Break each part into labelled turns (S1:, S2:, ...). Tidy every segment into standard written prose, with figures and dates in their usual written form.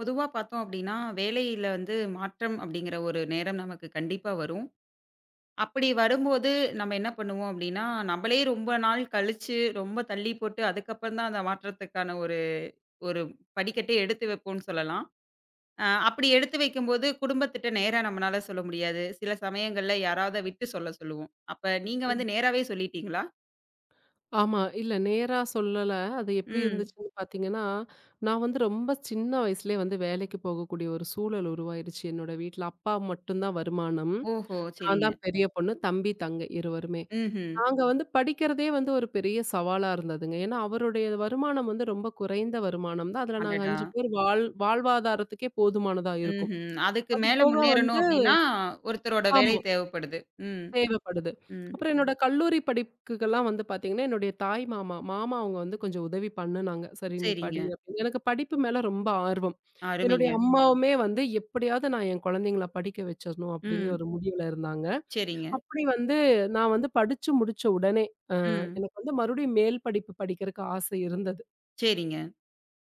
S1: பொதுவா பார்த்தோம் அப்படின்னா, வேலையில வந்து மாற்றம் அப்படிங்கிற ஒரு நேரம் நமக்கு கண்டிப்பா வரும். அப்படி வரும்போது நம்ம என்ன பண்ணுவோம் அப்படின்னா, நம்மளே ரொம்ப நாள் கழிச்சு, ரொம்ப தள்ளி போட்டு அதுக்கப்புறம் தான் அந்த மாற்றத்துக்கான ஒரு ஒரு படிக்கட்டே எடுத்து வைப்போம்ன்னு சொல்லலாம். அப்படி எடுத்து வைக்கும்போது குடும்பத்திட்ட நேரா நம்மனால சொல்ல முடியாது. சில சமயங்கள்ல யாராவத விட்டு சொல்ல சொல்லுவோம். அப்ப நீங்க வந்து நேராவே சொல்லிட்டீங்களா?
S2: ஆமா. இல்ல நேரா சொல்லல. அது எப்படி
S1: ம்.
S2: இருந்துச்சுன்னு பார்த்தீங்கன்னா, நான் ரொம்ப சின்ன வயசுலயே வேலைக்கு போகக்கூடிய ஒரு சூழல் உருவாயிருச்சு என்னோட வீட்ல. அப்பா மட்டும் தான் வருமானம்.
S1: ஓஹோ!
S2: நான்
S1: சரிங்க.
S2: தான் பெரிய பொண்ணு. தம்பி, தங்கை இருவருமே.
S1: ம்ஹ்ம்.
S2: நாங்க படிக்கிறதே ஒரு பெரிய சவாலா இருந்ததுங்க. ஏன்னா, அவருடைய வருமானம் ரொம்ப குறைந்த வருமானம் தான். அதுல நாங்க
S1: அடடா!
S2: 5 பேர் வாழ்வாதாரத்துக்கே போதுமானதா இருக்கும்.
S1: ம்ஹ்ம். அதுக்கு
S2: அது
S1: மேல
S2: போக
S1: முன்னேறணும் அப்படின்னா, ஒருத்தரோட வேலை
S2: ஆமா.
S1: தேவைப்படுது. ம்.
S2: தேவைப்படுது.
S1: ம்.
S2: அப்புறம் என்னோட கல்லூரி படிப்புக்கெல்லாம் பார்த்தீங்கன்னா, என்னுடைய தாய் மாமா அவங்க கொஞ்சம் உதவி பண்ணுனாங்க. "சரி நீ
S1: சரிங்க.
S2: படி" அப்படின்னு. எனக்கு படிப்பு மேல ரொம்ப ஆர்வம். என்னுடைய
S1: அருமைங்க.
S2: அம்மாவுமே எப்படியாவது நான் என் குழந்தைங்கள படிக்க வச்சிரணும் அப்படிங்கிற
S1: ம்.
S2: ஒரு முடிவுல இருந்தாங்க.
S1: சரிங்க.
S2: அப்படி நான் படிச்சு முடிச்ச உடனே, அ
S1: ம்.
S2: எனக்கு மறுபடியும் மேல் படிப்பு படிக்கிறக்கு ஆசை இருந்தது.
S1: சரிங்க.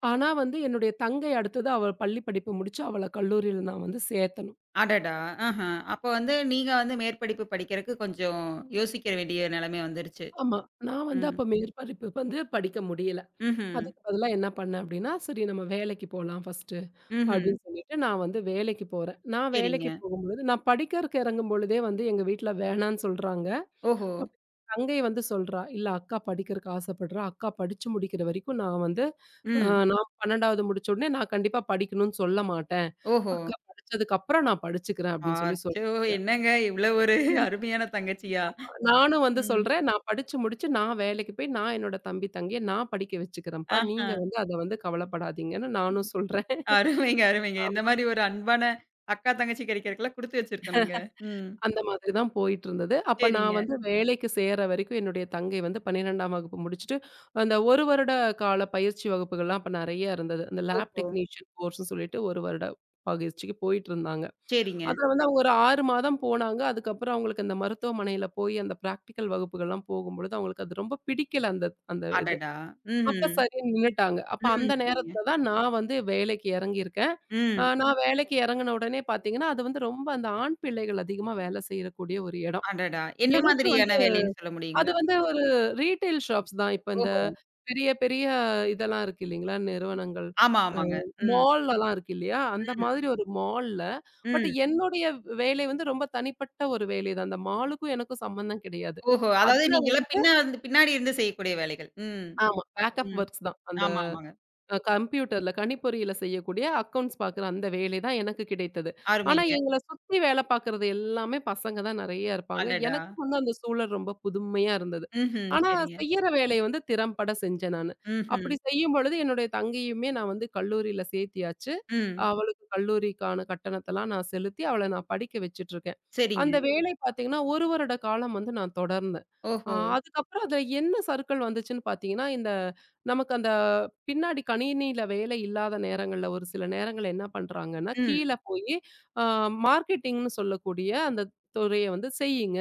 S2: ஆனா என்னுடைய தங்கை அடுத்தது அவ பள்ளி படிப்பு முடிச்சு அவள கல்லூரியில நான் சேர்த்தணும்.
S1: அடடா! ஆஹ. அப்ப வந்து நீங்க வந்து மேற்படிப்பு படிக்கிறக்கு கொஞ்சம் யோசிக்கிற வேண்டிய நிலைமை வந்துருச்சு.
S2: ஆமா. நான்
S1: ம்.
S2: அப்ப மேற்படிப்பு படிக்க முடியல.
S1: ம்ஹ்ம்.
S2: அதுக்கு பதிலா என்ன பண்ணேன் அப்டின்னா, சரி நம்ம வேலைக்கு போலாம் ஃபர்ஸ்ட்டு
S1: ம்ஹ்ம்.
S2: அப்டின்னு சொல்லிட்டு நான் வேலைக்கு போறேன். நான் வேலைக்கு
S1: சரிங்க.
S2: போகும்பொழுது நான் படிக்கிறக்கு இறங்கும்பொழுதே எங்க வீட்ல வேணான்னு சொல்றாங்க.
S1: ஓஹோ!
S2: அப்ப தங்கை சொல்றா, "இல்ல அக்கா படிக்கிறக்கு ஆசைப்படுறா. அக்கா படிச்சு முடிக்கிற வரைக்கும் நான் அ
S1: ம்.
S2: நான் 12வது முடிச்ச உடனே நான் கண்டிப்பா படிக்கணும்னு சொல்ல மாட்டேன்.
S1: ஓஹோ!
S2: அக்கா படிச்சதுக்கு அப்புறம் நான் படிச்சுக்கிறேன்" அப்டின்னு
S1: அச்சோ!
S2: சொல்றாங்க.
S1: என்னங்க இவ்வளோ ஒரு அருமையான தங்கச்சியா?
S2: நானும்
S1: ம்.
S2: சொல்றேன், "நான் படிச்சு முடிச்சு நான் வேலைக்கு போய், நான் என்னோட தம்பி, தங்கைய நான் படிக்க வச்சுக்கிறேன்ப்பா.
S1: ஆஹ.
S2: நீங்க அத கவலைப்படாதீங்கன்னு" நானும் சொல்றேன்.
S1: அருமைங்க, அருமைங்க. இந்த
S2: ஆமா.
S1: மாரி ஒரு அன்பான அக்கா, தங்கச்சி கிடைக்கிறக்கெல்லாம் குடுத்து வச்சிருக்கணுங்க. ம்.
S2: அந்த மாதிரி தான் போயிட்டுருந்தது. அப்ப நான்
S1: சரிங்க.
S2: வேலைக்கு சேர்ற வரைக்கும் என்னுடைய தங்கை 12ஆம் வகுப்பு முடிச்சுட்டு, அந்த 1 வருட கால பயிற்சி வகுப்புகள்லாம் அப்ப நெறைய இருந்தது. அந்த லேப்
S1: ஓஹோ!
S2: டெக்னீஷியன் கோர்ஸ்ன்னு சொல்லிட்டு 1 வருட பயிற்சிக்கு போயிட்டுருந்தாங்க.
S1: சரிங்க.
S2: அதுல அவங்க ஒரு 6 மாதம் போனாங்க. அதுக்கப்புறம் அவங்களுக்கு அந்த மருத்துவமனையில போய் அந்த பிராக்டிகல் வகுப்புகள்லாம் போகும்பொழுது, அவங்களுக்கு அது ரொம்ப பிடிக்கல அந்த அந்த இது.
S1: அடடா!
S2: அப்ப
S1: ம்ஹ்ம்.
S2: சரின்னு நின்னுட்டாங்க. அப்ப
S1: ம்.
S2: அந்த
S1: சரிங்க.
S2: நேரத்துல தான் நான் வேலைக்கு இறங்கியிருக்கேன்.
S1: ம்.
S2: நான் வேலைக்கு இறங்குன உடனே பார்த்தீங்கன்னா, அது ரொம்ப அந்த ஆண் பிள்ளைகள் அதிகமா வேலை செய்யக்கூடிய ஒரு இடம்.
S1: அடடா! என்ன
S2: எனக்கு
S1: மாதிரியான வேலைன்னு சொல்ல
S2: அது
S1: முடியுங்களா?
S2: வந்து ஒரு ரீட்டெயில் ஷாப்ஸ் தான். இப்ப இந்த
S1: ஓஹோ!
S2: பெரிய பெரிய இதெல்லாம் இருக்கு இல்லைங்களா? நிறுவனங்கள்.
S1: ஆமா,
S2: அ
S1: ஆமாங்க. ம்,
S2: மால்லலாம் இருக்கு இல்லையா? அந்த
S1: ம்,
S2: மாதிரி ஒரு மால்ல பட்
S1: ம்.
S2: என்னுடைய வேலை ரொம்ப தனிப்பட்ட ஒரு வேலை தான். அந்த மாலுக்கும் எனக்கும் சம்மந்தம் கிடையாது.
S1: ஓஹோ! அதாவது
S2: அதுல
S1: நீங்கலாம் பின்னா இருந்து பின்னாடி இருந்து செய்யக்கூடிய வேலைகள். ம்,
S2: ஆமா பேக்கப்
S1: ம்.
S2: ஒர்க்ஸ் தான். அந்த
S1: ஆமா, ஆமாங்க.
S2: அ கம்ப்யூட்டர்ல கணிப்பொறியில செய்யக்கூடிய அக்கவுண்ட்ஸ் பார்க்குற அந்த வேலை தான் எனக்கு கிடைத்தது. ஆனா,
S1: அருமைங்க.
S2: எங்கள சுத்தி வேல பார்க்குறது எல்லாமே பசங்க தான் நெறைய இருப்பாங்க.
S1: அடடா!
S2: எனக்கு அந்த சூழல் ரொம்ப புதுமையா இருந்தது.
S1: ம்ஹ்ம்.
S2: ஆனா,
S1: சரிங்க.
S2: செய்யற வேலைய திறம்பட செஞ்சேன் நானு.
S1: ம்ஹ்ம்.
S2: அப்படி செய்யும் பொழுது என்னுடைய தங்கையுமே நான் கல்லூரியில சேர்த்தியாச்சு.
S1: ம்.
S2: அவளுக்கு கல்லூரிக்கான கட்டணத்தலாம் நான் செலுத்தி, அவள நான் படிக்க வச்சுட்டுருக்கேன்.
S1: சரிங்க.
S2: அந்த வேலை பார்த்தீங்கன்னா, 1 வருட காலம் நான் தொடர்ந்தேன்.
S1: ஓஹோ!
S2: அதுக்கப்புறம் அதுல என்ன சறுக்கல் வந்துச்சுன்னு பார்த்தீங்கன்னா, நமக்கு அந்த பின்னாடி கணினியில வேலை இல்லாத நேரங்கள்ல ஒரு சில நேரங்கள்ல என்ன பண்றாங்கன்னா,
S1: ம்.
S2: கீழ போயி அ மார்க்கெட்டிங்ன்னு சொல்லக்கூடிய அந்த துறைய செய்யுங்க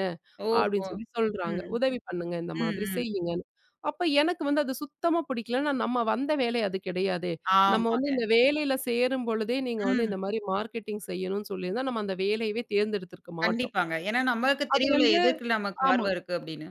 S1: ஓஹோ!
S2: அப்படின்னு சொல்றாங்க.
S1: ம்,
S2: உதவி பண்ணுங்க இந்த
S1: ம்,
S2: மாதிரி
S1: ம்.
S2: செய்யுங்கன்னு. அப்ப எனக்கு அது சுத்தமா பிடிக்கலன்னா, நம்ம வந்த வேலை அது கிடையாதே. நம்ம
S1: ஆமாங்க.
S2: இந்த வேலையில சேரும் பொழுதே நீங்க
S1: ம்.
S2: இந்த மாரி மார்க்கெட்டிங் செய்யணும்னு சொல்லியிருந்தா, நம்ம அந்த வேலையவே தேர்ந்தெடுத்திருக்க மாட்டோம்.
S1: கண்டிப்பாங்க. ஏன்னா நமக்கு
S2: அது
S1: தெரியும்ல, எதுக்கு நமக்கு
S2: ஆமா.
S1: ஆர்வம் இருக்கு அப்படின்னு.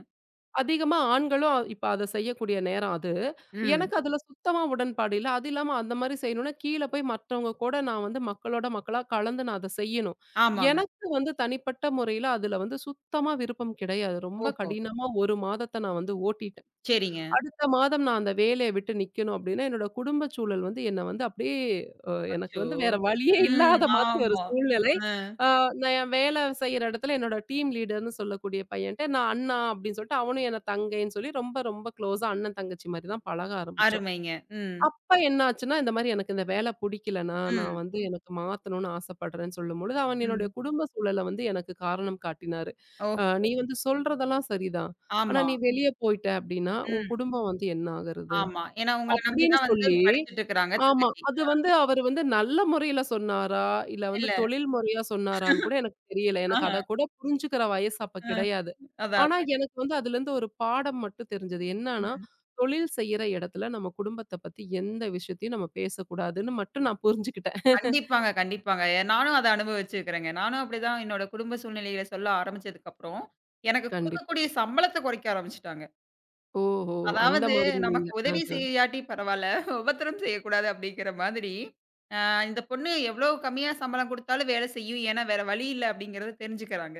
S2: அதிகமா ஆண்களும் இப்ப அத செய்யக்கூடிய நேரம் அது.
S1: ம்.
S2: எனக்கு அதுல சுத்தமா உடன்பாடு இல்ல. அது இல்லாம அந்த மாரி செய்யணும்னா, கீழ போய் மத்தவங்க கூட நான் மக்களோட மக்களா கலந்து நான் அத செய்யணும்.
S1: ஆமாங்க.
S2: எனக்கு தனிப்பட்ட முறையில அதுல சுத்தமா விருப்பம் கிடையாது. ரொம்ப
S1: ஓஹோ!
S2: கடினமா 1 மாதத்த நான் ஓட்டிட்டேன்.
S1: சரிங்க.
S2: அடுத்த மாதம் நான் அந்த வேலைய விட்டு நிக்கணும் அப்டின்னா, என்னோட குடும்ப சூழல் வந்து என்ன வந்து அப்டியே எனக்கு
S1: அச்சோ!
S2: வேற வழியே
S1: ம்.
S2: இல்லாத மாதிரி ஒரு
S1: ஆமா.
S2: சூழ்நிலை.
S1: அ.
S2: அ நான் என் வேல செய்ற இடத்துல என்னோட டீம் லீடர்ன்னு சொல்லக்கூடிய பையன்ட்ட நான் அண்ணா அப்டின்னு சொல்லிட்டு, அவனும் என்ன தங்கைன்னு சொல்லி ரொம்ப ரொம்ப க்ளோஸா அண்ணன் தங்கச்சி மாரி தான் பழக ஆரம்பிச்சோம்.
S1: அருமைங்க. ம்,
S2: அப்ப என்ன ஆச்சுன்னா, இந்த மாரி எனக்கு இந்த வேல புடிக்கலண்ணா, நான்
S1: ம்,
S2: எனக்கு மாத்தணும்னு ஆசைப்படுறேன்னு சொல்லும்பொழுது, அவன் என்னுடைய
S1: ம்.
S2: குடும்ப சூழல எனக்கு காரணம் காட்டினாரு.
S1: ஓஹோ!
S2: "நீ சொல்றதெல்லாம் சரிதான். ஆனா,
S1: ஆமா.
S2: நீ வெளிய போயிட்ட அப்படின்னா, உன்
S1: ம்.
S2: குடும்பம் என்ன ஆகுறது?"
S1: ஆமா. ஏன்னா உங்கள நம்பி
S2: அப்படின்னு
S1: தான் வந்து
S2: சொல்லி
S1: படிச்சுட்டுருக்காங்க
S2: ஆமா.
S1: தங்கச்சி.
S2: அது அவரு நல்ல முறையில சொன்னாரா? இல்ல
S1: இல்ல.
S2: தொழில் முறையா சொன்னாரான்னு கூட எனக்கு தெரியல. எனக்கு
S1: ஆஹா.
S2: அத கூட புரிஞ்சுக்கிற வயசு அப்ப
S1: அ
S2: கிடையாது.
S1: அதான்,
S2: ஆனா,
S1: அதான்.
S2: எனக்கு அதுலருந்து ஒரு பாடம் மட்டும் தெரிஞ்சது. என்னன்னா,
S1: ம்.
S2: தொழில் செய்யற இடத்துல நம்ம குடும்பத்த பத்தி எந்த விஷயத்தையும் நம்ம பேசக்கூடாதுன்னு மட்டும் நான் புரிஞ்சுக்கிட்டேன்.
S1: கண்டிப்பாங்க, கண்டிப்பாங்க. நானும் அத அனுபவிச்சிருக்கிறேங்க. நானும் அப்படிதான் என்னோட குடும்ப சூழ்நிலைகள சொல்ல ஆரம்பிச்சதுக்கப்புறம், எனக்கு
S2: கண்டிப்பா.
S1: குடுக்கக்கூடிய சம்பளத்த குறைக்க ஆரம்பிச்சுட்டாங்க.
S2: ஓஹோ! அந்த
S1: அதாவது
S2: மாதிரி நீங்க.
S1: நமக்கு உதவி
S2: ஆஹ.
S1: செய்யாட்டி பரவால்ல, உபத்திரம் செய்யக்கூடாது அப்படிங்கிற மாதிரி, அ இந்த பொண்ணு எவ்வளோ கம்மியா சம்பளம் குடுத்தாலும் வேலை செய்யும். ஏன்னா வேற வழி இல்ல அப்படிங்கிறத தெரிஞ்சுக்கிறாங்க.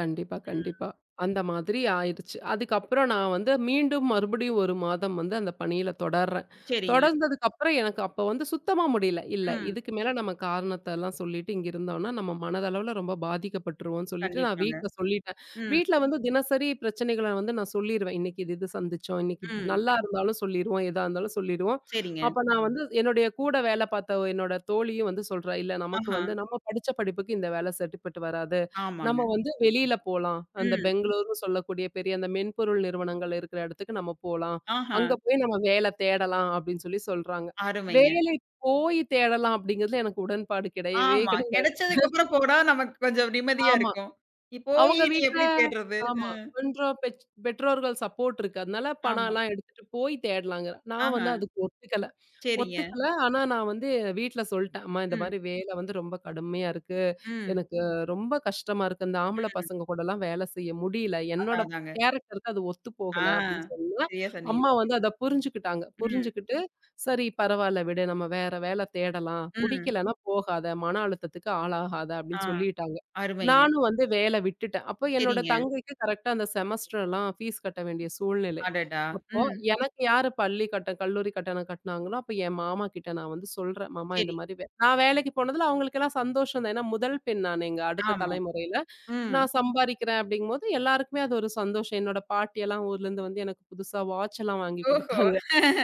S2: கண்டிப்பா,
S1: ம்.
S2: கண்டிப்பா. அந்த மாதிரி ஆயிருச்சு. அதுக்கப்புறம் நான் மீண்டும் மறுபடியும் 1 மாதம் அந்த பணியில தொடர்றேன்.
S1: சரிங்க.
S2: தொடர்ந்ததுக்கப்புறம் எனக்கு அப்ப சுத்தமா முடியல. இல்ல
S1: ம்.
S2: இதுக்கு மேல நம்ம காரணத்தெல்லாம் சொல்லிட்டு இங்க இருந்தோம்னா, நம்ம மனதளவுல ரொம்ப பாதிக்கப்பட்டுருவோம்ன்னு சொல்லிட்டு நான்
S1: கண்டிப்பாங்க.
S2: வீட்ல சொல்லிட்டேன்.
S1: ம்,
S2: வீட்ல தினசரி பிரச்சனைகள நான் சொல்லிருவேன். இன்னைக்கு இது இது சந்திச்சோம். இன்னைக்கு இப்படி
S1: ம்.
S2: நல்லா இருந்தாலும் சொல்லிருவோம். எதா இருந்தாலும் சொல்லிருவோம்.
S1: சரிங்க.
S2: அப்ப நான் என்னுடைய கூட வேலை பார்த்த என்னோட தோழியும் சொல்றா, "இல்ல நமக்கு
S1: ஆஹா.
S2: நம்ம படிச்ச படிப்புக்கு இந்த வேலை செட்டுப்பட்டு வராது. நம்ம
S1: ஆமாங்க.
S2: வெளியில போலாம். அந்த
S1: ம்.
S2: பெங்களூர்ன்னு சொல்லக்கூடிய பெரிய அந்த மென்பொருள் நிறுவனங்கள் இருக்கிற இடத்துக்கு நம்ம போலாம்.
S1: ஆஹா.
S2: அங்க போய் நம்ம வேலை தேடலாம் அப்படின்னு சொல்றாங்க.
S1: அருமைங்க.
S2: வேலை போய் தேடலாம் அப்படிங்கிறதுல எனக்கு உடன்பாடு கிடையவே
S1: ஆமா.
S2: கிடையாது.
S1: கிடைச்சதுக்கு அப்புறம் போனா நமக்கு கொஞ்சம் நிம்மதியா
S2: ஆமா.
S1: இருக்கும். இ
S2: அவங்க
S1: போயி நீ
S2: வீட்ல
S1: எப்படி தேடுறது?
S2: ஆமா. கொஞ்சம் பெற்றோர்கள் சப்போர்ட் இருக்கு. அதனால
S1: ஆமா.
S2: பணம்லாம் எடுத்துட்டு போய் தேடலாங்கிற. நான்
S1: ஆஹா.
S2: அதுக்கு ஒத்துக்கல.
S1: சரிங்க.
S2: ஒத்துக்கல. ஆனா நான் வீட்ல சொல்ட்டேன். அம்மா இந்த
S1: ம்,
S2: மாரி வேலை ரொம்ப கடுமையா இருக்கு.
S1: ம்,
S2: எனக்கு ரொம்ப கஷ்டமா இருக்கு. இந்த ஆம்பள
S1: ம்.
S2: பசங்க கூடலாம் வேலை செய்ய முடியல. என்னோட
S1: அதான், அதாங்க.
S2: கேரக்டருக்கு அது ஒத்து
S1: ஆ.
S2: போகல அப்படின்னு சொன்னா,
S1: சரியா சொன்னீங்க.
S2: அம்மா அத புரிஞ்சுக்கிட்டாங்க.
S1: ம்,
S2: புரிஞ்சுகிட்டு, "சரி பரவால்ல விடு. நம்ம வேற வேலை தேடலாம்.
S1: ம்.
S2: புடிக்கலன்னா போகாத. மன அழுத்தத்துக்கு ஆளாகாத"
S1: ஆ.
S2: அப்படின்னு சொல்லிட்டாங்க.
S1: அருமைங்க.
S2: நானும் வேலை விட்டுட்டேன். அப்போ என்னோட
S1: சரிங்க.
S2: தங்கைக்கு கரெக்ட்டா அந்த செமஸ்டர்லாம் ஃபீஸ் கட்ட வேண்டிய சூழ்நிலை.
S1: அடடா!
S2: அப்போ
S1: ம்.
S2: எனக்கு யாரு பள்ளி கட்ட கல்லூரி கட்டணம் கட்டுனாங்களோ, அப்ப என் மாமா கிட்ட நான் சொல்றேன். மாமா இந்த
S1: சரி.
S2: மாரி நான் வேலைக்கு போனதுல அவங்களுக்கெல்லாம் சந்தோஷம் தான். ஏன்னா முதல் பெண் நான் எங்க அடுத்த
S1: ஆமா.
S2: தலைமுறையில.
S1: ம்.
S2: நான் சம்பாரிக்கிறேன் அப்படிங்கும்போது எல்லாருக்குமே அது ஒரு சந்தோஷம். என்னோட பாட்டியெல்லாம் ஊர்லேருந்து வந்து எனக்கு புதுசா வாட்ச் எல்லாம் வாங்கி
S1: ஓஹோ!
S2: குடுத்தாங்க.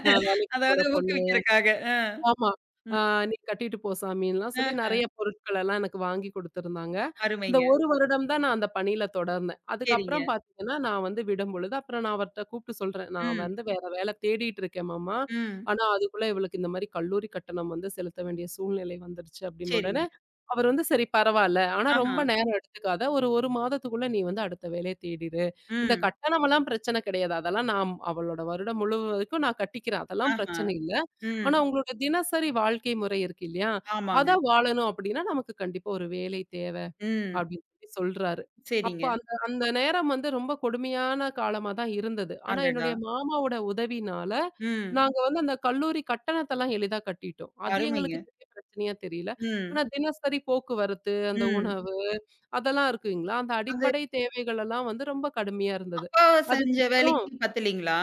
S2: நான் வேலைக்கு போற
S1: அதாவது
S2: பொண்ணு.
S1: ஊக்குவிக்கிறக்காக. அ.
S2: ஆமா. ஆ
S1: ம்.
S2: "நீ கட்டிட்டு போ சாமின்லாம்" சொல்லி
S1: ஆஹா.
S2: நெறைய பொருட்கள் எல்லாம் எனக்கு வாங்கி குடுத்துருந்தாங்க. அந்த
S1: அருமைங்க.
S2: 1 வருடம் தான் நான் அந்த பணியில தொடர்ந்தேன்.
S1: சரிங்க.
S2: அதுக்கப்புறம் பார்த்தீங்கன்னா, நான் விடும்பொழுது அப்புறம் நான் அவர்ட்ட கூப்ட்டு சொல்றேன். "நான்
S1: ம்,
S2: வேற வேலை தேடிட்டு இருக்கேன் மாமா.
S1: ம்.
S2: ஆனா, அதுக்குள்ள இவளுக்கு இந்த மாரி கல்லூரி கட்டணம் செலுத்த வேண்டிய சூழ்நிலை வந்துருச்சு" அப்படின்னு உடனே
S1: சரிங்க.
S2: அவர் "சரி பரவால்ல. ஆனா
S1: ஆஹா.
S2: ரொம்ப நேரம் எடுத்துக்காத. ஒரு 1 மாதத்துக்குள்ள நீ அடுத்த வேலைய தேடிரு. இந்த
S1: ம்.
S2: கட்டணமெல்லாம் பிரச்சனை கிடையாது. அதெல்லாம் நான் அவளோட வருடம் முழுவதுக்கும் நான் கட்டிக்கிறேன். அதெல்லாம்
S1: ஆஹா.
S2: பிரச்சனை இல்ல.
S1: ம்.
S2: ஆனா உங்களோட தினசரி வாழ்க்கை முறை இருக்கு இல்லையா? அத
S1: ஆமாங்க.
S2: வாழணும் அப்டின்னா, நமக்கு கண்டிப்பா ஒரு வேலை தேவ
S1: ம்.
S2: அப்டின்னு சொல்றாரு. அப்ப
S1: சரிங்க.
S2: அந்த அந்த நேரம் ரொம்ப கொடுமையான காலமா தான் இருந்தது. ஆனா
S1: அடடா!
S2: என்னுடைய மாமாவோட உதவினால,
S1: ம்.
S2: நாங்க அந்த கல்லூரி கட்டணத்தெல்லாம் எளிதா கட்டிட்டோம். அது எங்களுக்கு
S1: அருமைங்க.
S2: பெரிய பிரச்சனையா தெரியல.
S1: ம்.
S2: ஆனா தினசரி போக்குவரத்து, அந்த
S1: ம்.
S2: உணவு அதெல்லாம் இருக்குங்களா, அந்த
S1: அது
S2: அடிப்படை தேவைகள் எல்லாம் ரொம்ப கடுமையா இருந்தது.
S1: அப்பா செஞ்ச
S2: அதுக்கப்புறம்
S1: வேலைக்கு பத்தலைங்களா?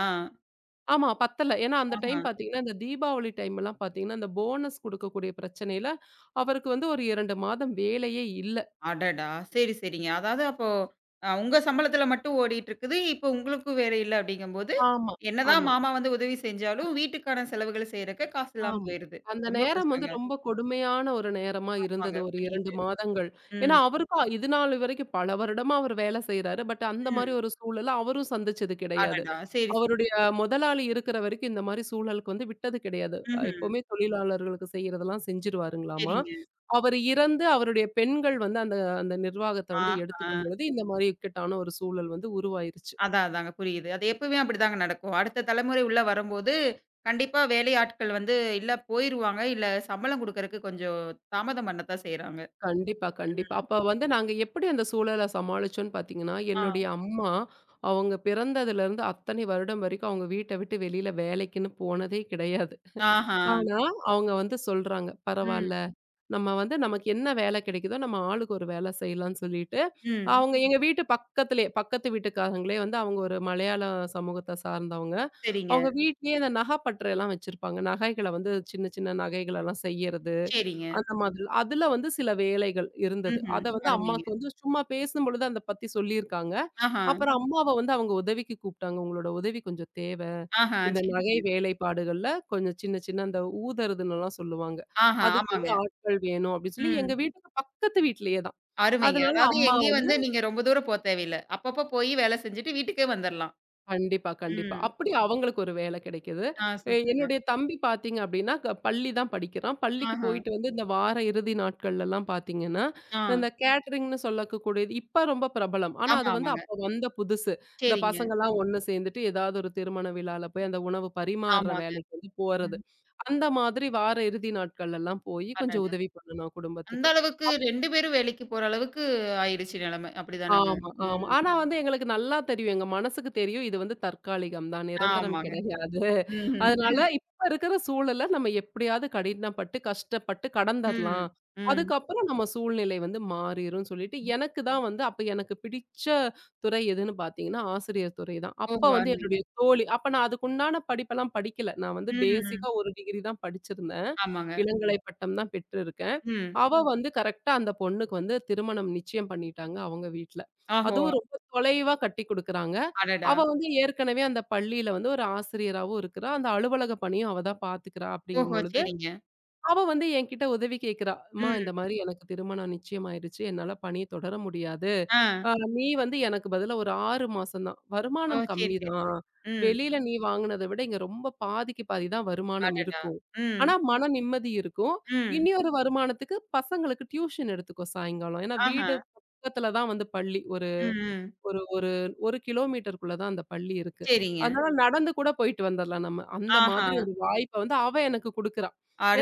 S2: ஆமா பத்தல. ஏன்னா அந்த
S1: ஆஹா.
S2: டைம் பார்த்தீங்கன்னா, இந்த தீபாவளி டைம்லாம் பார்த்தீங்கன்னா, இந்த போனஸ் குடுக்கக்கூடிய பிரச்சனையில, அவருக்கு ஒரு 2 மாதம் வேலையே இல்ல.
S1: அடடா! சரி, சரிங்க. அதாவது அப்போ உங்க சம்பளத்துல மட்டும் ஓடிட்டுருக்குது. இப்போ உங்களுக்கும் வேலை இல்ல அப்படிங்கும்போது,
S2: ஆமா,
S1: என்னதான்
S2: ஆமா,
S1: மாமா வந்து உதவி செஞ்சாலும், வீட்டுக்கான செலவுகள செய்றக்கு காசு இல்லாம
S2: ஆமா.
S1: போயிருது.
S2: அந்த
S1: ரொம்ப
S2: நேரம்
S1: கஷ்டங்க.
S2: ரொம்ப கொடுமையான ஒரு நேரமா
S1: ஆமாங்க.
S2: இருந்தது. ஒரு 2
S1: புரியுது.
S2: மாதங்கள். ஏன்னா
S1: ம்.
S2: அவருக்கும் இதுநாள் வரைக்கும் பல வருடமா அவர் வேலை செய்றாரு. பட் அந்த மாரி
S1: ம்.
S2: ஒரு சூழல அவரும் சந்திச்சது கிடையாது.
S1: அடடா! சரி, சரி.
S2: அவருடைய முதலாளி இருக்கிற வரைக்கும் இந்த மாரி சூழலுக்கு விட்டது கிடையாது.
S1: ம்ஹ்ம்.
S2: எப்பவுமே தொழிலாளர்களுக்கு செய்றதெல்லாம் செஞ்சுருவாருங்களாமா.
S1: சரிங்க.
S2: அவரு இறந்து அவருடைய பெண்கள் அந்த அந்த நிர்வாகத்த
S1: ஆஹா.
S2: எடுத்துக்கும் பொழுது, இந்த மாரி இக்கட்டான ஒரு சூழல் உருவாயிருச்சு.
S1: அதான், அதாங்க புரியுது. அது எப்பவுமே அப்படிதாங்க நடக்கும். அடுத்த தலைமுறை உள்ள வரும்போது, கண்டிப்பா வேலையாட்கள் வந்து இல்ல போயிருவாங்க, இல்ல சம்பளம் குடுக்கறக்கு கொஞ்சம் தாமதம் பண்ணத்தான் செய்றாங்க.
S2: கண்டிப்பா, கண்டிப்பா.
S1: ம்.
S2: அப்ப நாங்க எப்படி அந்த சூழல சமாளிச்சோம்ன்னு பார்த்தீங்கன்னா,
S1: ஆ.
S2: என்னுடைய அம்மா அவங்க பிறந்ததுலருந்து அத்தனை வருடம் வரைக்கும் அவங்க வீட்ட விட்டு வெளியில வேலைக்குன்னு போனதே கிடையாது.
S1: ஆஹா.
S2: ஆனா, அவங்க சொல்றாங்க,
S1: ம்,
S2: "பரவால்ல. நம்ம நமக்கு என்ன வேலை கிடைக்குதோ நம்ம ஆளுக்கு ஒரு வேலை செய்யலாம்னு சொல்லிட்டு,
S1: ம்.
S2: அவங்க எங்க வீட்டு பக்கத்திலேயே பக்கத்து வீட்டுக்காரங்களே அவங்க ஒரு மலையாள சமூகத்த சார்ந்தவங்க.
S1: சரிங்க,
S2: அவங்க வீட்லயே இந்த நகை பட்டறைலாம் வச்சிருப்பாங்க. நகைகள சின்ன சின்ன நகைகளெல்லாம் செய்யறது.
S1: சரிங்க.
S2: அந்த மாதிரி. அதுல சில வேலைகள் இருந்தது.
S1: ம்ஹ்ம்.
S2: அத வந்து ம்.
S1: அருமைங்க.
S2: அம்மாக்கு சும்மா பேசும்பொழுது அத பத்தி சொல்லியிருக்காங்க.
S1: ஆஹா,
S2: அப்புறம் அம்மாவ அவங்க உதவிக்கு கூப்பிட்டாங்க. "உங்களோட உதவி கொஞ்சம் தேவை.
S1: ஆஹா.
S2: இந்த நகை
S1: சரிங்க.
S2: வேலைப்பாடுகள்ல கொஞ்சம் சின்ன சின்ன அந்த ஊதறதுன்னுலாம் சொல்லுவாங்க.
S1: ஆஹா,
S2: அதுக்கு
S1: ஆமாங்க.
S2: ஆட்கள் வேணும்." அப்படின்னு சொல்லி
S1: ம்.
S2: எங்க வீட்டுக்கு பக்கத்து வீட்லயே தான்.
S1: அருமைங்க.
S2: அதனால ம்.
S1: அதாவது
S2: அம்மா
S1: எங்கேயும்
S2: வந்து
S1: வந்து நீங்க ரொம்ப தூரம் போ தேவையில்ல. அப்பப்ப போய் வேலை செஞ்சுட்டு வீட்டுக்கே வந்துரலாம்.
S2: கண்டிப்பா, கண்டிப்பா.
S1: ம்.
S2: அப்படி அவங்களுக்கு ஒரு வேலை கிடைக்குது.
S1: ஆ சூப்பருங்க.
S2: என்னுடைய தம்பி பார்த்தீங்க அப்படின்னா, பள்ளி தான் படிக்கிறான். பள்ளிக்கு
S1: ஆஹா.
S2: போயிட்டு வந்து இந்த வார இறுதி நாட்கள்லலாம் பார்த்தீங்கன்னா,
S1: ஆ.
S2: இந்த கேட்டரிங்ன்னு சொல்லக்கக்கூடியது இப்ப ரொம்ப பிரபலம். ஆனா
S1: ஆமா,
S2: அது
S1: ஆமாங்க.
S2: அப்ப வந்த புதுசு. இந்த
S1: சரிங்க.
S2: பசங்கலாம் ஒண்ணு சேர்ந்துட்டு ஏதாவது ஒரு திருமண விழால போய் அந்த உணவு பரிமாறுற
S1: ஆமாங்க.
S2: வேலைக்கு போறது.
S1: ம்.
S2: அந்த மாதிரி வார இறுதி நாட்கள்லலாம் போயி கொஞ்சம்
S1: அடடா!
S2: உதவி பண்ணுனோம்
S1: அந்த
S2: குடும்பத்துக்கு.
S1: அளவுக்கு 2 பேரும் வேலைக்கு போற அளவுக்கு ஆயிடுச்சு நிலைமை. அப்படிதானங்க?
S2: ஆமா, ஆமா.
S1: ம்.
S2: ஆனா எங்களுக்கு நல்லா தெரியும். எங்க மனசுக்கு தெரியும். இது தற்காலிகம் தான். நிரந்தரம்
S1: ஆமாங்க.
S2: கிடையாது. அதனால
S1: ம்ஹ்ம்.
S2: இப்ப இருக்கிற சூழல நம்ம எப்படியாவது கடினப்பட்டு, கஷ்டப்பட்டு
S1: ம்.
S2: கடந்தரலாம்.
S1: ம்.
S2: அதுக்கப்புறம் நம்ம சூழ்நிலை மாறிரும்னு சொல்லிட்டு, எனக்கு தான் அப்ப எனக்கு பிடிச்ச துறை எதுன்னு பார்த்தீங்கன்னா, ஆசிரியர் துறை தான். அப்ப
S1: ஓஹோ! அருமைங்க.
S2: என்னுடைய தோழி அப்ப நான் அதுக்குண்டான படிப்பெல்லாம் படிக்கல. நான்
S1: ம், ம்.
S2: பேசிக்கா ஒரு டிகிரி தான் படிச்சிருந்தேன்.
S1: ஆமாங்க.
S2: இளங்கலை பட்டம் தான் பெற்றிருக்கேன்.
S1: ம்.
S2: அவ கரெக்ட்டா அந்த பொண்ணுக்கு திருமணம் நிச்சயம் பண்ணிட்டாங்க அவங்க வீட்ல.
S1: ஓஹோ!
S2: அதுவும் ரொம்ப தொலைவா கட்டிக் குடுக்குறாங்க.
S1: அடடா!
S2: அவ ஏற்கனவே அந்த பள்ளியில ஒரு ஆசிரியராவும் இருக்கிறா. அந்த அலுவலக பணியும் அவ தான் பார்த்துக்கிறா அப்படிங்கும்
S1: ஓஹோ!
S2: பொழுது,
S1: சரிங்க.
S2: அவ என்கிட்ட உதவி கேட்கிறா. "அம்மா இந்த
S1: ம்.
S2: மாரி எனக்கு திருமணம் நிச்சயமாயிருச்சு. என்னால பணி தொடர முடியாது.
S1: ஆ.
S2: அ நீ எனக்கு பதிலா ஒரு 6 மாசம் தான்.
S1: ஓ!
S2: வருமானம்
S1: சரி,
S2: கம்மி
S1: சரிங்க.
S2: தான்.
S1: ம்.
S2: வெளியில நீ வாங்குனத விட இங்க ரொம்ப பாதிக்கு பாதி தான் வருமானம்
S1: அடடா!
S2: இருக்கும்.
S1: ம்.
S2: ஆனா மன நிம்மதி இருக்கும்.
S1: ம்.
S2: இன்னியொரு வருமானத்துக்கு பசங்களுக்கு டியூஷன் எடுத்துக்கோ சாயங்காலம்." ஏன்னா
S1: ஆஹா!
S2: வீடு பக்கத்துல தான் பள்ளி. ஒரு
S1: ம், ம்.
S2: ஒரு ஒரு 1 கிலோமீட்டருக்குள்ள தான் அந்த பள்ளி இருக்கு.
S1: சரிங்க.
S2: அதனால நடந்து கூட போயிட்டு வந்துரலாம் நம்ம. அந்த
S1: ஆஹா!
S2: மாதிரி ஒரு வாய்ப்ப அவ எனக்கு குடுக்குறா.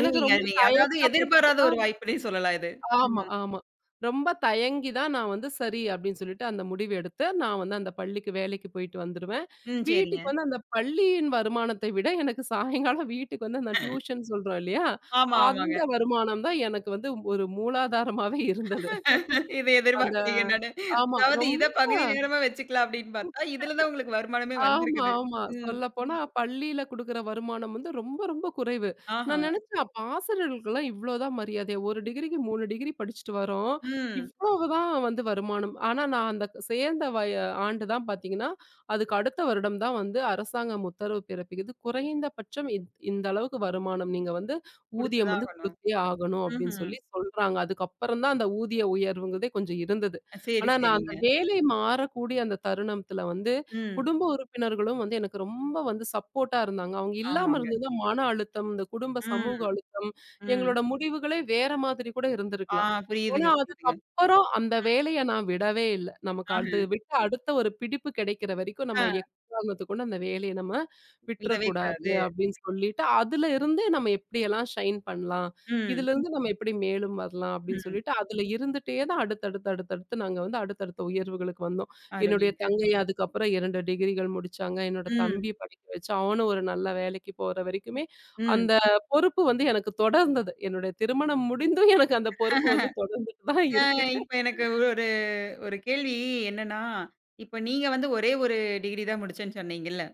S2: எனக்கு ரொம்ப
S1: அருமைங்க. அதாவது
S2: தயக்கப்பட்டுட்டு
S1: எதிர்பாராத ஒரு
S2: தான்
S1: வாய்ப்புன்னே சொல்லலாம் இது.
S2: ஆமா,
S1: ம்.
S2: ஆமா. ரொம்ப தயங்கி தான் நான் சரி அப்டின்னு சொல்லிட்டு அந்த முடிவு எடுத்து, நான் அந்த பள்ளிக்கு வேலைக்கு போயிட்டு வந்துருவேன்.
S1: ம். சரிங்க.
S2: வீட்டுக்கு அந்த பள்ளியின் வருமானத்தை விட எனக்கு சாயங்காலம் வீட்டுக்கு வந்து அந்த டியூஷன் சொல்றோம் இல்லையா?
S1: ஆமா, ஆமாங்க.
S2: அந்த வருமானம் தான் எனக்கு ஒரு மூலாதாரமாவே இருந்தது.
S1: இத
S2: அந்த
S1: எதிர்பார்க்கலீங்க நானு.
S2: ஆமா
S1: அதாவது இத
S2: ரொம்ப
S1: பகுதி நேரமா வச்சுக்கலாம் அப்படின்னு பார்த்தா, இதுல தான் உங்களுக்கு வருமானமே
S2: ஆமா,
S1: வந்திருக்குது.
S2: ஆமா.
S1: ம்.
S2: சொல்லப்போனா பள்ளியில குடுக்குற வருமானம் ரொம்ப ரொம்ப குறைவு.
S1: ஆஹா.
S2: நான் நெனச்சேன் அப்ப ஆசிரியர்களுக்கெல்லாம் இவ்ளோதான் மரியாதையா? 1 டிகிரிக்கு 3 டிகிரி படிச்சுட்டு வரோம்.
S1: ம்.
S2: இவ்வளவுதான் வருமானம். ஆனா நான் அந்த சேர்ந்த ஆண்டு தான் பார்த்தீங்கன்னா, அதுக்கு அடுத்த வருடம் தான் அரசாங்கம் உத்தரவு பிறப்பிக்குது. குறைந்தபட்சம் இந்த அளவுக்கு வருமானம் நீங்க
S1: குடுத்து
S2: ஊதியம்
S1: தான்
S2: வந்து
S1: ஆகணும்.
S2: குடுத்தே ஆகணும் அப்டின்னு
S1: ம்ஹ்ம்.
S2: சொல்றாங்க. அதுக்கப்புறம் தான் அந்த ஊதிய உயர்வுங்கிறதே கொஞ்சம் இருந்தது.
S1: சரி,
S2: ஆனா நான் அந்த
S1: சரிங்க.
S2: வேலை மாறக்கூடிய அந்த தருணத்துல
S1: ம்.
S2: குடும்ப உறுப்பினர்களும் எனக்கு ரொம்ப சப்போர்ட்டா இருந்தாங்க. அவங்க இல்லாம
S1: ஆமாங்க.
S2: இருந்ததுனா மன அழுத்தம், இந்த குடும்ப சமூக
S1: ம்.
S2: அழுத்தம்,
S1: ம்.
S2: எங்களோட முடிவுகளே வேற மாதிரி கூட
S1: ஆ
S2: இருந்திருக்கலாம். ஆனா
S1: புரியுதுங்க, புரியுதுங்க. ம்.
S2: அதுக்கப்புறம் அந்த வேலைய நான் விடவே இல்ல. நமக்கு அது
S1: ஆஹ.
S2: விட்டு அடுத்த ஒரு பிடிப்பு கிடைக்கிற வரைக்கும்
S1: ஆ
S2: நம்ம எக்காரணத்துக்கு கொண்டு அந்த வேலைய நம்ம
S1: விடவே
S2: விட்டுறக்கூடாது
S1: கூடாது.
S2: அப்படின்னு சொல்லிட்டு, அதுல இருந்தே நம்ம எப்படியெல்லாம் ஷைன் பண்ணலாம்,
S1: ம்.
S2: இதுலருந்து நம்ம எப்படி மேலும் வரலாம் அப்படின்னு
S1: ம்.
S2: சொல்லிட்டு, அதுல இருந்துட்டே தான் அடுத்தடுத்து நாங்க அடுத்தடுத்த உயர்வுகளுக்கு வந்தோம். என்னுடைய
S1: அருமைங்க.
S2: தங்கை அதுக்கப்புறம் 2 டிகிரிகள் முடிச்சாங்க. என்னோட
S1: ம்.
S2: தம்பி படிக்க வச்சு, அவனும் ஒரு நல்ல வேலைக்கு போற வரைக்குமே,
S1: ம்.
S2: அந்த பொறுப்பு எனக்கு தொடர்ந்தது. என்னுடைய திருமணம் முடிந்தும் எனக்கு அந்த பொறுப்பு தொடர்ந்துட்டு தான்
S1: ஆ
S2: இருக்கு.
S1: இப்ப எனக்கு ஒரு ஒரு கேள்வி என்னன்னா, இப்ப நீங்க வந்து ஒரே ஒரு டிகிரி தான் முடிச்சேன்னு சொன்னீங்கல்ல?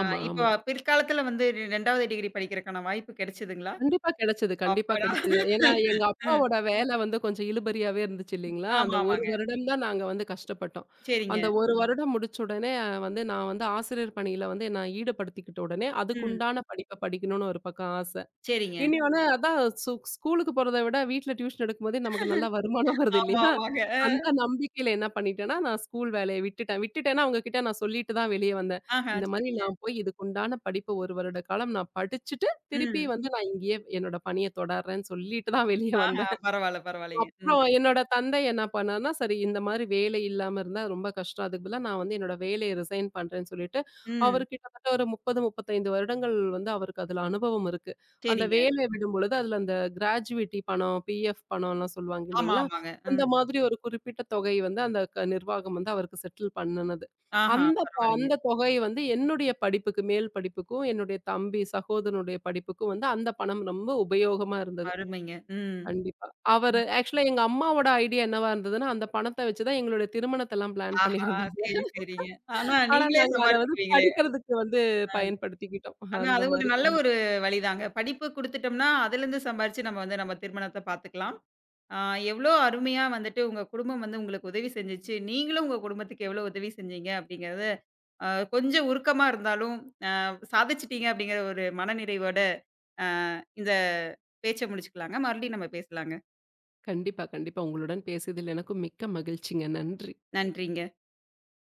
S1: ஆ இப்போ
S2: ஆமா.
S1: பிற்காலத்துல வந்து 2வது டிகிரி படிக்கிறக்கான வாய்ப்பு கிடைச்சதுங்களா?
S2: கண்டிப்பா கிடைச்சது, கண்டிப்பா
S1: அப்பாடா!
S2: கிடைச்சது. ஏன்னா, எங்க
S1: ம்,
S2: அப்பாவோட வேலை கொஞ்சம் இழுபறியாவே இருந்துச்சு இல்லைங்களா? அந்த
S1: ஆமா,
S2: 1
S1: ஆமாங்க.
S2: வருடம் தான் நாங்க கஷ்டப்பட்டோம்.
S1: சரிங்க.
S2: அந்த 1 வருடம் முடிச்ச உடனே வந்து நான் ஆசிரியர் பணியில நான் ஈடுபடுத்திக்கிட்ட உடனே,
S1: ம்.
S2: அதுக்குண்டான படிப்ப படிக்கணும்னு ஒரு பக்கம் ஆச.
S1: சரிங்க.
S2: இனி ஒண்ணு அதான் ஸ்கூலுக்கு போறத விட வீட்ல டியூஷன் எடுக்கும்போதே நமக்கு நல்ல வருமானம் வருது
S1: ஆமா,
S2: இல்லையா?
S1: ஆமாங்க.
S2: அந்த
S1: அ.
S2: நம்பிக்கையில என்ன பண்ணிட்டேன்னா, நான் ஸ்கூல் வேலைய விட்டுட்டேன். விட்டுட்டேன்னா அவங்ககிட்ட நான் சொல்லிட்டு தான் வெளிய வந்தேன்.
S1: ஆஹா,
S2: இந்த மாரி
S1: சரிங்க.
S2: நான் போய் இதுக்குண்டான படிப்பு 1 வருட காலம் நான் படிச்சுட்டு, திருப்பி
S1: ம்.
S2: வந்து நான் இங்கேயே என்னோட பணிய தொடர்றேன்னு சொல்லிட்டு தான் வெளிய
S1: ஆஹா,
S2: வந்தேன்.
S1: பரவால்ல, பரவால்லைங்க. ம்.
S2: அப்புறம் என்னோட தந்தை என்ன பண்ணார்ன்னா, சரி இந்த மாரி வேலை இல்லாம இருந்தா ரொம்ப கஷ்டம். அதுக்கு பதிலா நான் என்னோட வேலைய ரிசைன் பண்றேன்னு சொல்லிட்டு, அவரு
S1: ம்.
S2: கிட்டத்தட்ட ஒரு 30, 35 வருடங்கள் அவருக்கு அதுல அனுபவம் இருக்கு. அந்த
S1: சரிங்க.
S2: வேலைய விடும்பொழுது அதுல அந்த கிராஜுவிட்டி பணம், பிஎஃப் பணம்லாம் சொல்லுவாங்க
S1: ஆமா,
S2: இல்லைங்களா?
S1: ஆமாங்க.
S2: அந்த
S1: ம்.
S2: மாதிரி ஒரு குறிப்பிட்ட தொகை அந்த நிர்வாகம் அவருக்கு செட்டில் பண்ணுனது.
S1: ஆஹா, பரவால்லைங்க.
S2: அந்த தொகை என்னுடைய படிப்புக்கு மேல் படிப்புக்கும், என்னுடைய தம்பி, சகோதரனுடைய படிப்புக்கும் அந்த பணம் ரொம்ப உபயோகமா இருந்தது.
S1: அருமைங்க. ம்.
S2: கண்டிப்பா. அவரு ஆக்சுவலா எங்க அம்மாவோட ஐடியா என்னவா இருந்ததுன்னா, அந்த பணத்த வச்சு தான் எங்களுடைய திருமணத்தெல்லாம் பிளான்
S1: ஆஹா,
S2: பண்ணியிருந்தோம்.
S1: சரி, சரிங்க. ஆனா
S2: ஆனா
S1: நீங்களே
S2: நாங்க அத
S1: சம்பாரிச்சுக்குவீங்களே!
S2: படிக்கிறதுக்கு பயன்படுத்திக்கிட்டோம்.
S1: ஆனா
S2: அந்த
S1: அது ஒரு
S2: மாரி.
S1: நல்ல ஒரு வழிதாங்க. படிப்பு குடுத்துட்டோம்னா, அதுலருந்து சம்பாரிச்சு நம்ம வந்து நம்ம திருமணத்த பார்த்துக்கலாம். ஆ எவ்ளோ அருமையா வந்துட்டு உங்க குடும்பம் வந்து உங்களுக்கு உதவி செஞ்சுச்சு. நீங்களும் உங்க குடும்பத்துக்கு எவ்ளோ உதவி செஞ்சீங்க அப்படிங்கிறத, அ கொஞ்சம் உருக்கமா இருந்தாலும், அ சாதிச்சுட்டீங்க அப்படிங்கிற ஒரு மனநிறைவோட, அ இந்த பேச்ச முடிச்சுக்கலாங்க. மறுபடியும் நம்ம பேசலாங்க.
S2: கண்டிப்பா, கண்டிப்பா. உங்களுடன் பேசியதில் எனக்கும் மிக்க மகிழ்ச்சிங்க. நன்றி.
S1: நன்றிங்க.